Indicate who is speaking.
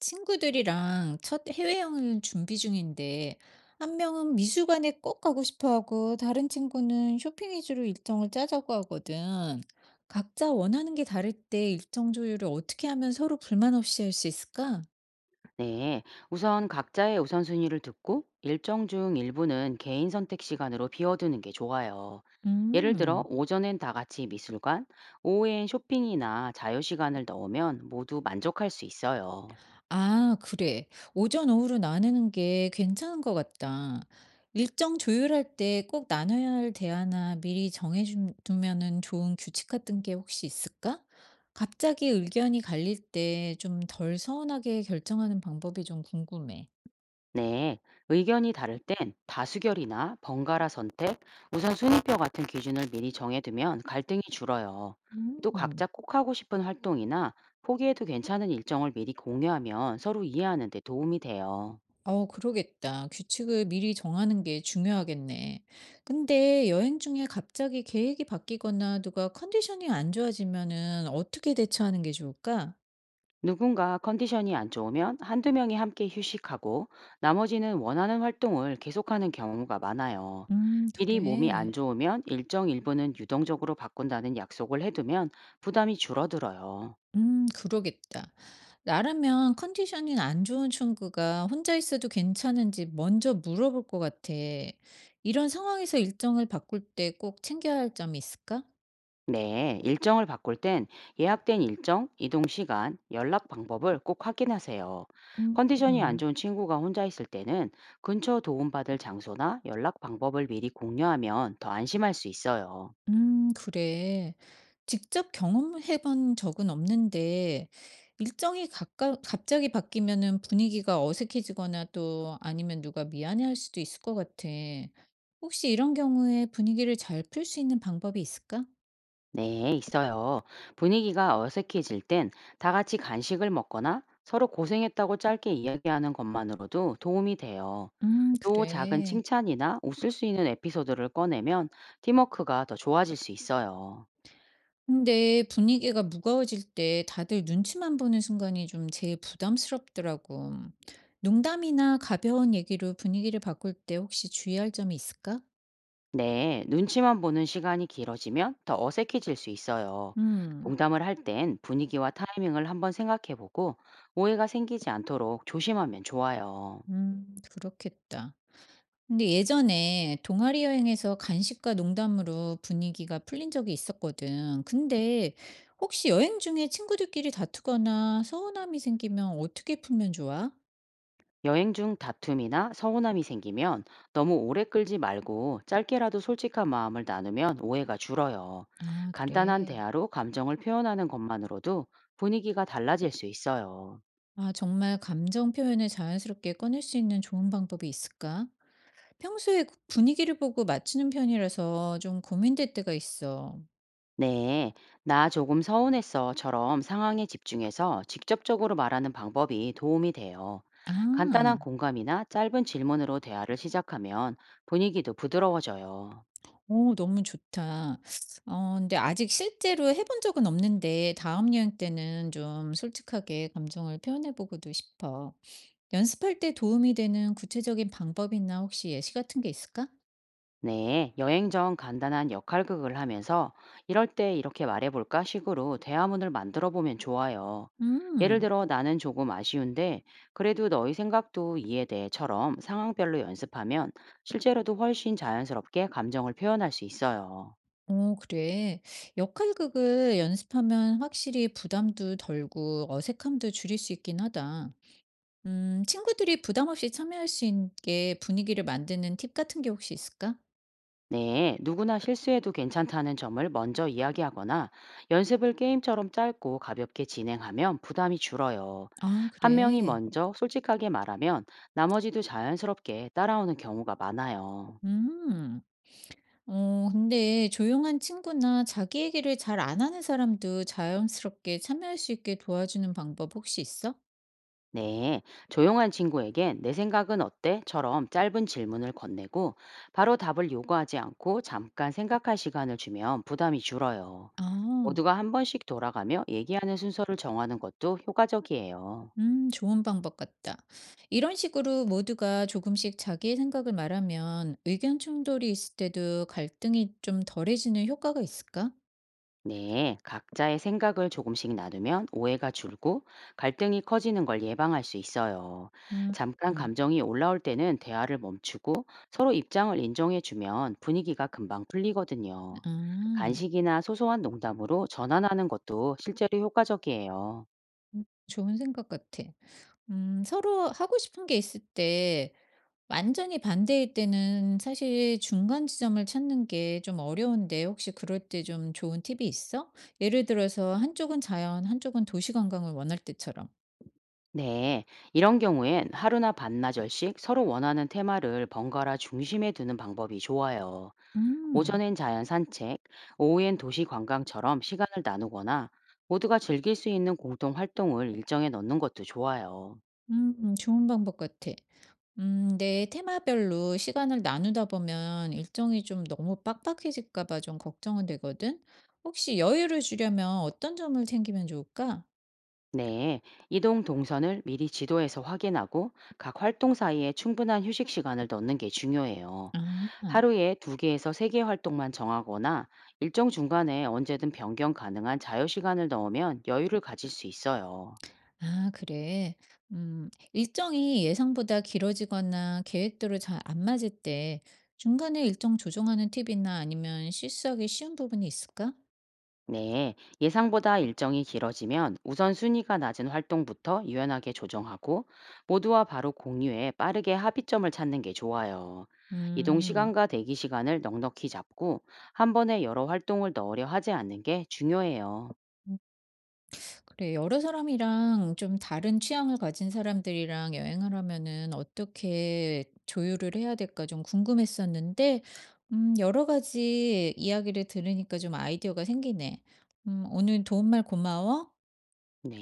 Speaker 1: 친구들이랑 첫 해외여행을 준비 중인데, 한 명은 미술관에 꼭 가고 싶어 하고, 다른 친구는 쇼핑 위주로 일정을 짜자고 하거든. 각자 원하는 게 다를 때 일정 조율을 어떻게 하면 서로 불만 없이 할 수 있을까?
Speaker 2: 네, 우선 각자의 우선순위를 듣고 일정 중 일부는 개인 선택 시간으로 비워두는 게 좋아요. 예를 들어,
Speaker 1: 음.
Speaker 2: 오전엔 다 같이 미술관, 오후엔 쇼핑이나 자유 시간을 넣으면 모두 만족할 수 있어요.
Speaker 1: 아 그래. 오전 오후로 나누는 게 괜찮은 것 같다. 일정 조율할 때 꼭 나눠야 할 대화나 미리 정해 두면은 좋은 규칙 같은 게 혹시 있을까? 갑자기 의견이 갈릴 때 좀 덜 서운하게 결정하는 방법이 좀 궁금해.
Speaker 2: 네, 의견이 다를 땐 다수결이나 번갈아 선택, 우선순위표 같은 기준을 미리 정해두면 갈등이 줄어요. 또
Speaker 1: 음.
Speaker 2: 각자 꼭 하고 싶은 활동이나 포기해도 괜찮은 일정을 미리 공유하면 서로 이해하는 데 도움이 돼요.
Speaker 1: 어 그러겠다. 규칙을 미리 정하는 게 중요하겠네. 근데 여행 중에 갑자기 계획이 바뀌거나 누가 컨디션이 안 좋아지면은 어떻게 대처하는 게 좋을까?
Speaker 2: 누군가 컨디션이 안 좋으면 한두 명이 함께 휴식하고 나머지는 원하는 활동을 계속하는 경우가 많아요. 미리 몸이 안
Speaker 1: 그래.
Speaker 2: 좋으면 일정 일부는 유동적으로 바꾼다는 약속을 해두면 부담이 줄어들어요.
Speaker 1: 그러겠다. 나라면 컨디션이 안 좋은 친구가 혼자 있어도 괜찮은지 먼저 물어볼 것 같아. 이런 상황에서 일정을 바꿀 때 꼭 챙겨야 할 점이 있을까?
Speaker 2: 네, 일정을 바꿀 땐 예약된 일정, 이동 시간, 연락 방법을 꼭 확인하세요. 컨디션이 안
Speaker 1: 음.
Speaker 2: 좋은 친구가 혼자 있을 때는 근처 도움받을 장소나 연락 방법을 미리 공유하면 더 안심할 수 있어요.
Speaker 1: 그래. 직접 경험해 본 적은 없는데 일정이 가까 갑자기 바뀌면은 분위기가 어색해지거나 또 아니면 누가 미안해할 수도 있을 것 같아. 혹시 이런 경우에 분위기를 잘 풀 수 있는 방법이 있을까?
Speaker 2: 네, 있어요. 분위기가 어색해질 땐 다 같이 간식을 먹거나 서로 고생했다고 짧게 이야기하는 것만으로도 도움이 돼요. 또 작은
Speaker 1: 그래.
Speaker 2: 칭찬이나 웃을 수 있는 에피소드를 꺼내면 팀워크가 더 좋아질 수 있어요.
Speaker 1: 근데 분위기가 무거워질 때 다들 눈치만 보는 순간이 좀 제일 부담스럽더라고. 농담이나 가벼운 얘기로 분위기를 바꿀 때 혹시 주의할 점이 있을까?
Speaker 2: 네, 눈치만 보는 시간이 길어지면 더 어색해질 수 있어요.
Speaker 1: 음.
Speaker 2: 농담을 할 땐 분위기와 타이밍을 한번 생각해보고 오해가 생기지 않도록 조심하면 좋아요.
Speaker 1: 그렇겠다. 근데 예전에 동아리 여행에서 간식과 농담으로 분위기가 풀린 적이 있었거든. 근데 혹시 여행 중에 친구들끼리 다투거나 서운함이 생기면 어떻게 풀면 좋아?
Speaker 2: 여행 중 다툼이나 서운함이 생기면 너무 오래 끌지 말고 짧게라도 솔직한 마음을 나누면 오해가 줄어요.
Speaker 1: 아,
Speaker 2: 간단한
Speaker 1: 그래.
Speaker 2: 대화로 감정을 표현하는 것만으로도 분위기가 달라질 수 있어요.
Speaker 1: 아, 정말 감정 표현을 자연스럽게 꺼낼 수 있는 좋은 방법이 있을까? 평소에 분위기를 보고 맞추는 편이라서 좀 고민될 때가 있어.
Speaker 2: 네, 나 조금 서운했어처럼 상황에 집중해서 직접적으로 말하는 방법이 도움이 돼요. 간단한
Speaker 1: 아.
Speaker 2: 공감이나 짧은 질문으로 대화를 시작하면 분위기도 부드러워져요.
Speaker 1: 오, 너무 좋다. 어 근데 아직 실제로 해본 적은 없는데 다음 여행 때는 좀 솔직하게 감정을 표현해 보고도 싶어. 연습할 때 도움이 되는 구체적인 방법이나 혹시 예시 같은 게 있을까?
Speaker 2: 네, 여행 전 간단한 역할극을 하면서 이럴 때 이렇게 말해볼까 식으로 대화문을 만들어 보면 좋아요. 예를
Speaker 1: 음.
Speaker 2: 들어 나는 조금 아쉬운데 그래도 너희 생각도 이해돼처럼 상황별로 연습하면 실제로도 훨씬 자연스럽게 감정을 표현할 수 있어요.
Speaker 1: 오, 그래. 역할극을 연습하면 확실히 부담도 덜고 어색함도 줄일 수 있긴 하다. 친구들이 부담 없이 참여할 수 있게 분위기를 만드는 팁 같은 게 혹시 있을까?
Speaker 2: 네, 누구나 실수해도 괜찮다는 점을 먼저 이야기하거나 연습을 게임처럼 짧고 가볍게 진행하면 부담이 줄어요.
Speaker 1: 아
Speaker 2: 한 명이
Speaker 1: 그래.
Speaker 2: 먼저 솔직하게 말하면 나머지도 자연스럽게 따라오는 경우가 많아요.
Speaker 1: 음. 어, 근데 조용한 친구나 자기 얘기를 잘 안 하는 사람도 자연스럽게 참여할 수 있게 도와주는 방법 혹시 있어?
Speaker 2: 네, 조용한 친구에겐 내 생각은 어때?처럼 짧은 질문을 건네고 바로 답을 요구하지 않고 잠깐 생각할 시간을 주면 부담이 줄어요.
Speaker 1: 아,
Speaker 2: 모두가 한 번씩 돌아가며 얘기하는 순서를 정하는 것도 효과적이에요.
Speaker 1: 좋은 방법 같다. 이런 식으로 모두가 조금씩 자기의 생각을 말하면 의견 충돌이 있을 때도 갈등이 좀 덜해지는 효과가 있을까?
Speaker 2: 네, 각자의 생각을 조금씩 나누면 오해가 줄고 갈등이 커지는 걸 예방할 수 있어요.
Speaker 1: 음,
Speaker 2: 잠깐
Speaker 1: 음,
Speaker 2: 감정이 올라올 때는 대화를 멈추고 서로 입장을 인정해주면 분위기가 금방 풀리거든요.
Speaker 1: 아,
Speaker 2: 간식이나 소소한 농담으로 전환하는 것도 실제로 효과적이에요.
Speaker 1: 좋은 생각 같아. 서로 하고 싶은 게 있을 때 완전히 반대일 때는 사실 중간 지점을 찾는 게 좀 어려운데 혹시 그럴 때 좀 좋은 팁이 있어? 예를 들어서 한쪽은 자연, 한쪽은 도시 관광을 원할 때처럼.
Speaker 2: 네, 이런 경우엔 하루나 반나절씩 서로 원하는 테마를 번갈아 중심에 두는 방법이 좋아요.
Speaker 1: 음,
Speaker 2: 오전엔 자연 산책, 오후엔 도시 관광처럼 시간을 나누거나 모두가 즐길 수 있는 공동 활동을 일정에 넣는 것도 좋아요.
Speaker 1: 좋은 방법 같아. 내 테마별로 시간을 나누다 보면 일정이 좀 너무 빡빡해질까 봐 좀 걱정은 되거든. 혹시 여유를 주려면 어떤 점을 챙기면 좋을까?
Speaker 2: 네, 이동 동선을 미리 지도에서 확인하고 각 활동 사이에 충분한 휴식 시간을 넣는 게 중요해요.
Speaker 1: 아.
Speaker 2: 하루에 두 개에서 세 개 활동만 정하거나 일정 중간에 언제든 변경 가능한 자유 시간을 넣으면 여유를 가질 수 있어요.
Speaker 1: 아, 그래. 일정이 예상보다 길어지거나 계획대로 잘 안 맞을 때 중간에 일정 조정하는 팁이나 아니면 실수하기 쉬운 부분이 있을까?
Speaker 2: 네, 예상보다 일정이 길어지면 우선순위가 낮은 활동부터 유연하게 조정하고 모두와 바로 공유해 빠르게 합의점을 찾는 게 좋아요. 이동
Speaker 1: 음,
Speaker 2: 시간과 대기 시간을 넉넉히 잡고 한 번에 여러 활동을 넣으려 하지 않는 게 중요해요.
Speaker 1: 음, 그래. 여러 사람이랑 좀 다른 취향을 가진 사람들이랑 여행을 하면은 어떻게 조율을 해야 될까 좀 궁금했었는데, 여러 가지 이야기를 들으니까 좀 아이디어가 생기네. 오늘 도움말 고마워.
Speaker 2: 네.